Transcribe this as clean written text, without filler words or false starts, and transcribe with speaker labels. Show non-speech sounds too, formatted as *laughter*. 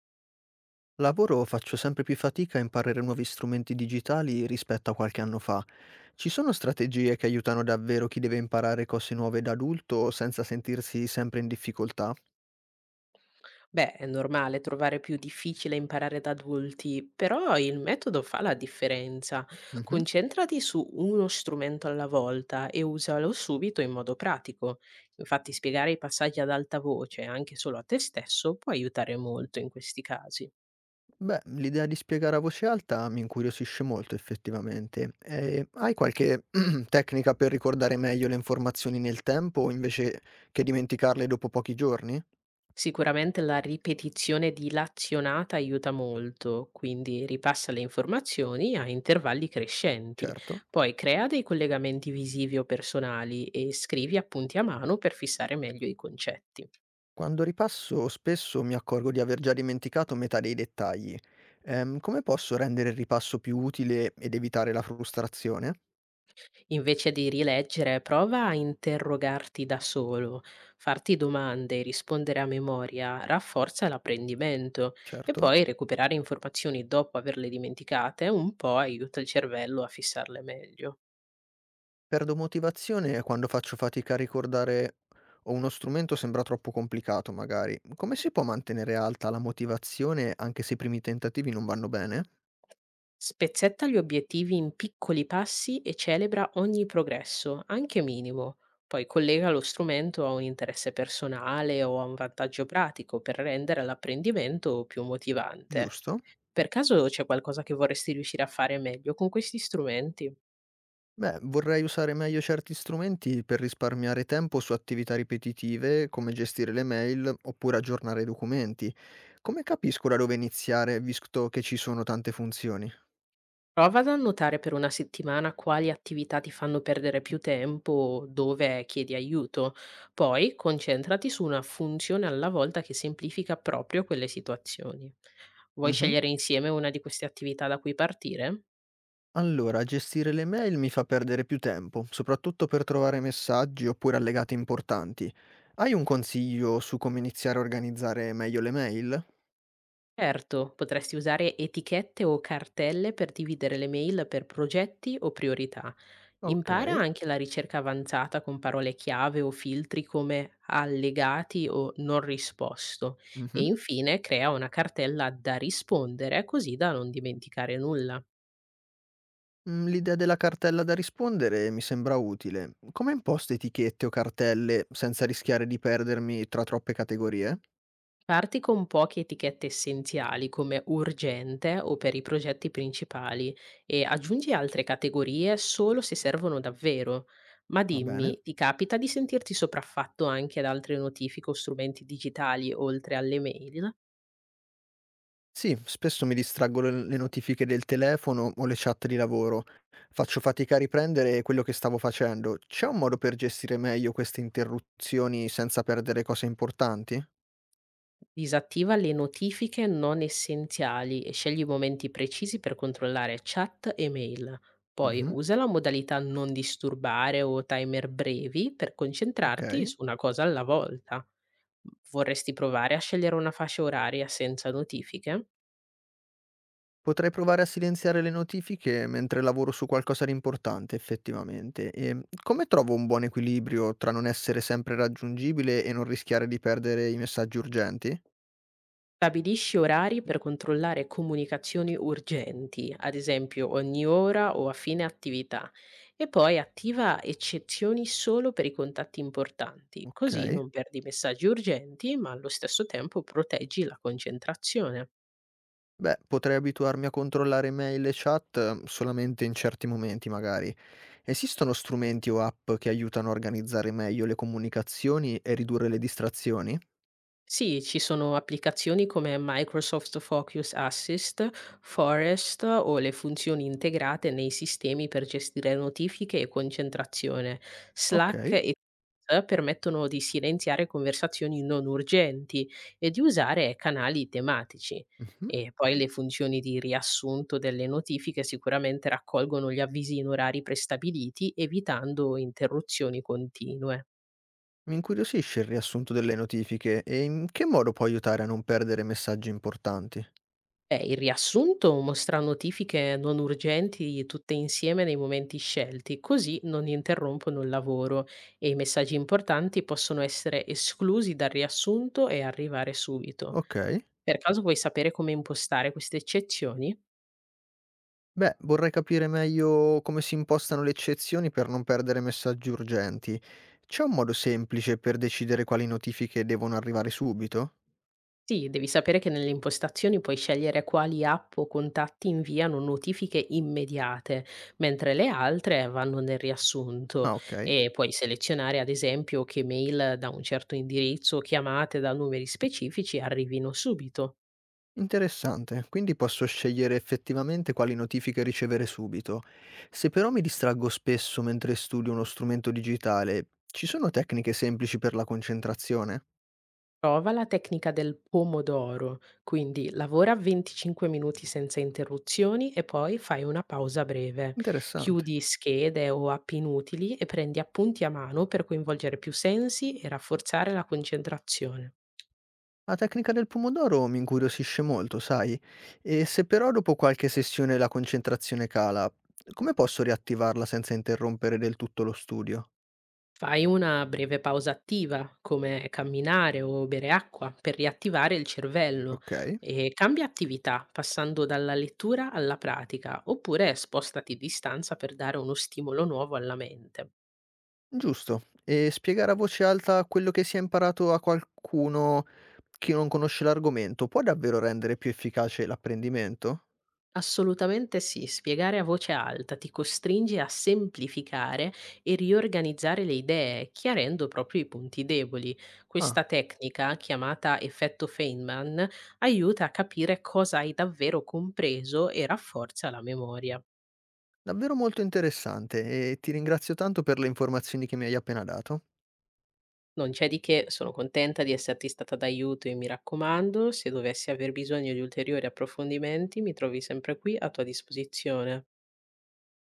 Speaker 1: Lavoro faccio sempre più fatica a imparare nuovi strumenti digitali rispetto a qualche anno fa. Ci sono strategie che aiutano davvero chi deve imparare cose nuove da adulto senza sentirsi sempre in difficoltà?
Speaker 2: Beh, è normale trovare più difficile imparare da adulti, però il metodo fa la differenza.
Speaker 1: Mhm.
Speaker 2: Concentrati su uno strumento alla volta e usalo subito in modo pratico. Infatti, spiegare i passaggi ad alta voce, anche solo a te stesso, può aiutare molto in questi casi.
Speaker 1: Beh, l'idea di spiegare a voce alta mi incuriosisce molto effettivamente. E hai qualche *clears throat* tecnica per ricordare meglio le informazioni nel tempo invece che dimenticarle dopo pochi giorni?
Speaker 2: Sicuramente la ripetizione di l'azionata aiuta molto, quindi ripassa le informazioni a intervalli crescenti,
Speaker 1: Certo.
Speaker 2: poi crea dei collegamenti visivi o personali e scrivi appunti a mano per fissare meglio i concetti.
Speaker 1: Quando ripasso spesso mi accorgo di aver già dimenticato metà dei dettagli. Come posso rendere il ripasso più utile ed evitare la frustrazione?
Speaker 2: Invece di rileggere, prova a interrogarti da solo, farti domande e rispondere a memoria rafforza l'apprendimento, e
Speaker 1: Certo.
Speaker 2: poi recuperare informazioni dopo averle dimenticate un po' aiuta il cervello a fissarle meglio.
Speaker 1: Perdo motivazione quando faccio fatica a ricordare o uno strumento sembra troppo complicato, magari. Come si può mantenere alta la motivazione anche se i primi tentativi non vanno bene?
Speaker 2: Spezzetta gli obiettivi in piccoli passi e celebra ogni progresso, anche minimo. Poi collega lo strumento a un interesse personale o a un vantaggio pratico per rendere l'apprendimento più motivante.
Speaker 1: Giusto?
Speaker 2: Per caso c'è qualcosa che vorresti riuscire a fare meglio con questi strumenti?
Speaker 1: Beh, vorrei usare meglio certi strumenti per risparmiare tempo su attività ripetitive, come gestire le mail oppure aggiornare i documenti. Come capisco da dove iniziare, visto che ci sono tante funzioni?
Speaker 2: Prova ad annotare per una settimana quali attività ti fanno perdere più tempo, dove chiedi aiuto. Poi concentrati su una funzione alla volta che semplifica proprio quelle situazioni. Vuoi
Speaker 1: Mhm.
Speaker 2: scegliere insieme una di queste attività da cui partire?
Speaker 1: Allora, gestire le mail mi fa perdere più tempo, soprattutto per trovare messaggi oppure allegati importanti. Hai un consiglio su come iniziare a organizzare meglio le mail?
Speaker 2: Certo, potresti usare etichette o cartelle per dividere le mail per progetti o priorità.
Speaker 1: Ok.
Speaker 2: Impara anche la ricerca avanzata con parole chiave o filtri come allegati o non risposto, e
Speaker 1: Mhm.
Speaker 2: infine crea una cartella da rispondere, così da non dimenticare nulla.
Speaker 1: Mhmm, l'idea della cartella da rispondere mi sembra utile. Come imposto etichette o cartelle senza rischiare di perdermi tra troppe categorie?
Speaker 2: Parti con poche etichette essenziali, come urgente o per i progetti principali, e aggiungi altre categorie solo se servono davvero. Ma
Speaker 1: Va bene.
Speaker 2: dimmi, ti capita di sentirti sopraffatto anche ad altre notifiche o strumenti digitali oltre alle mail?
Speaker 1: Sì, spesso mi distraggo le notifiche del telefono o le chat di lavoro. Faccio fatica a riprendere quello che stavo facendo. C'è un modo per gestire meglio queste interruzioni senza perdere cose importanti?
Speaker 2: Disattiva le notifiche non essenziali e scegli i momenti precisi per controllare chat e mail. Poi
Speaker 1: Mh-mh,
Speaker 2: usa la modalità non disturbare o timer brevi per concentrarti
Speaker 1: okay.
Speaker 2: su una cosa alla volta. Vorresti provare a scegliere una fascia oraria senza notifiche?
Speaker 1: Potrei provare a silenziare le notifiche mentre lavoro su qualcosa di importante, effettivamente. E come trovo un buon equilibrio tra non essere sempre raggiungibile e non rischiare di perdere i messaggi urgenti?
Speaker 2: Stabilisci orari per controllare comunicazioni urgenti, ad esempio ogni ora o a fine attività, e poi attiva eccezioni solo per i contatti importanti,
Speaker 1: Ok.
Speaker 2: così non perdi messaggi urgenti, ma allo stesso tempo proteggi la concentrazione.
Speaker 1: Beh, potrei abituarmi a controllare mail e chat solamente in certi momenti, magari. Esistono strumenti o app che aiutano a organizzare meglio le comunicazioni e ridurre le distrazioni?
Speaker 2: Sì, ci sono applicazioni come Microsoft Focus Assist, Forest o le funzioni integrate nei sistemi per gestire notifiche e concentrazione.
Speaker 1: Ok.
Speaker 2: Slack e Teams permettono di silenziare conversazioni non urgenti e di usare canali tematici.
Speaker 1: Mhm.
Speaker 2: E poi le funzioni di riassunto delle notifiche sicuramente raccolgono gli avvisi in orari prestabiliti, evitando interruzioni continue.
Speaker 1: Mi incuriosisce il riassunto delle notifiche e in che modo può aiutare a non perdere messaggi importanti.
Speaker 2: Il riassunto mostra notifiche non urgenti tutte insieme nei momenti scelti, così non interrompono il lavoro, e i messaggi importanti possono essere esclusi dal riassunto e arrivare subito.
Speaker 1: Ok.
Speaker 2: Per caso vuoi sapere come impostare queste eccezioni?
Speaker 1: Beh, vorrei capire meglio come si impostano le eccezioni per non perdere messaggi urgenti. C'è un modo semplice per decidere quali notifiche devono arrivare subito?
Speaker 2: Sì, devi sapere che nelle impostazioni puoi scegliere quali app o contatti inviano notifiche immediate, mentre le altre vanno nel riassunto,
Speaker 1: Ah, ok.
Speaker 2: e puoi selezionare ad esempio che mail da un certo indirizzo o chiamate da numeri specifici arrivino subito.
Speaker 1: Interessante, quindi posso scegliere effettivamente quali notifiche ricevere subito. Se però mi distraggo spesso mentre studio uno strumento digitale, ci sono tecniche semplici per la concentrazione?
Speaker 2: Prova la tecnica del pomodoro, quindi lavora 25 minuti senza interruzioni e poi fai una pausa breve.
Speaker 1: Interessante.
Speaker 2: Chiudi schede o app inutili e prendi appunti a mano per coinvolgere più sensi e rafforzare la concentrazione.
Speaker 1: La tecnica del pomodoro mi incuriosisce molto, sai? E se però dopo qualche sessione la concentrazione cala, come posso riattivarla senza interrompere del tutto lo studio?
Speaker 2: Fai una breve pausa attiva, come camminare o bere acqua, per riattivare il cervello,
Speaker 1: Ok,
Speaker 2: e cambia attività passando dalla lettura alla pratica, oppure spostati di stanza per dare uno stimolo nuovo alla mente.
Speaker 1: giusto. E spiegare a voce alta quello che si è imparato a qualcuno che non conosce l'argomento può davvero rendere più efficace l'apprendimento?
Speaker 2: Assolutamente sì, spiegare a voce alta ti costringe a semplificare e riorganizzare le idee, chiarendo proprio i punti deboli. Questa
Speaker 1: Ah,
Speaker 2: tecnica, chiamata effetto Feynman, aiuta a capire cosa hai davvero compreso e rafforza la memoria.
Speaker 1: davvero molto interessante e ti ringrazio tanto per le informazioni che mi hai appena dato.
Speaker 2: Non c'è di che, sono contenta di esserti stata d'aiuto e mi raccomando, se dovessi aver bisogno di ulteriori approfondimenti, mi trovi sempre qui a tua disposizione.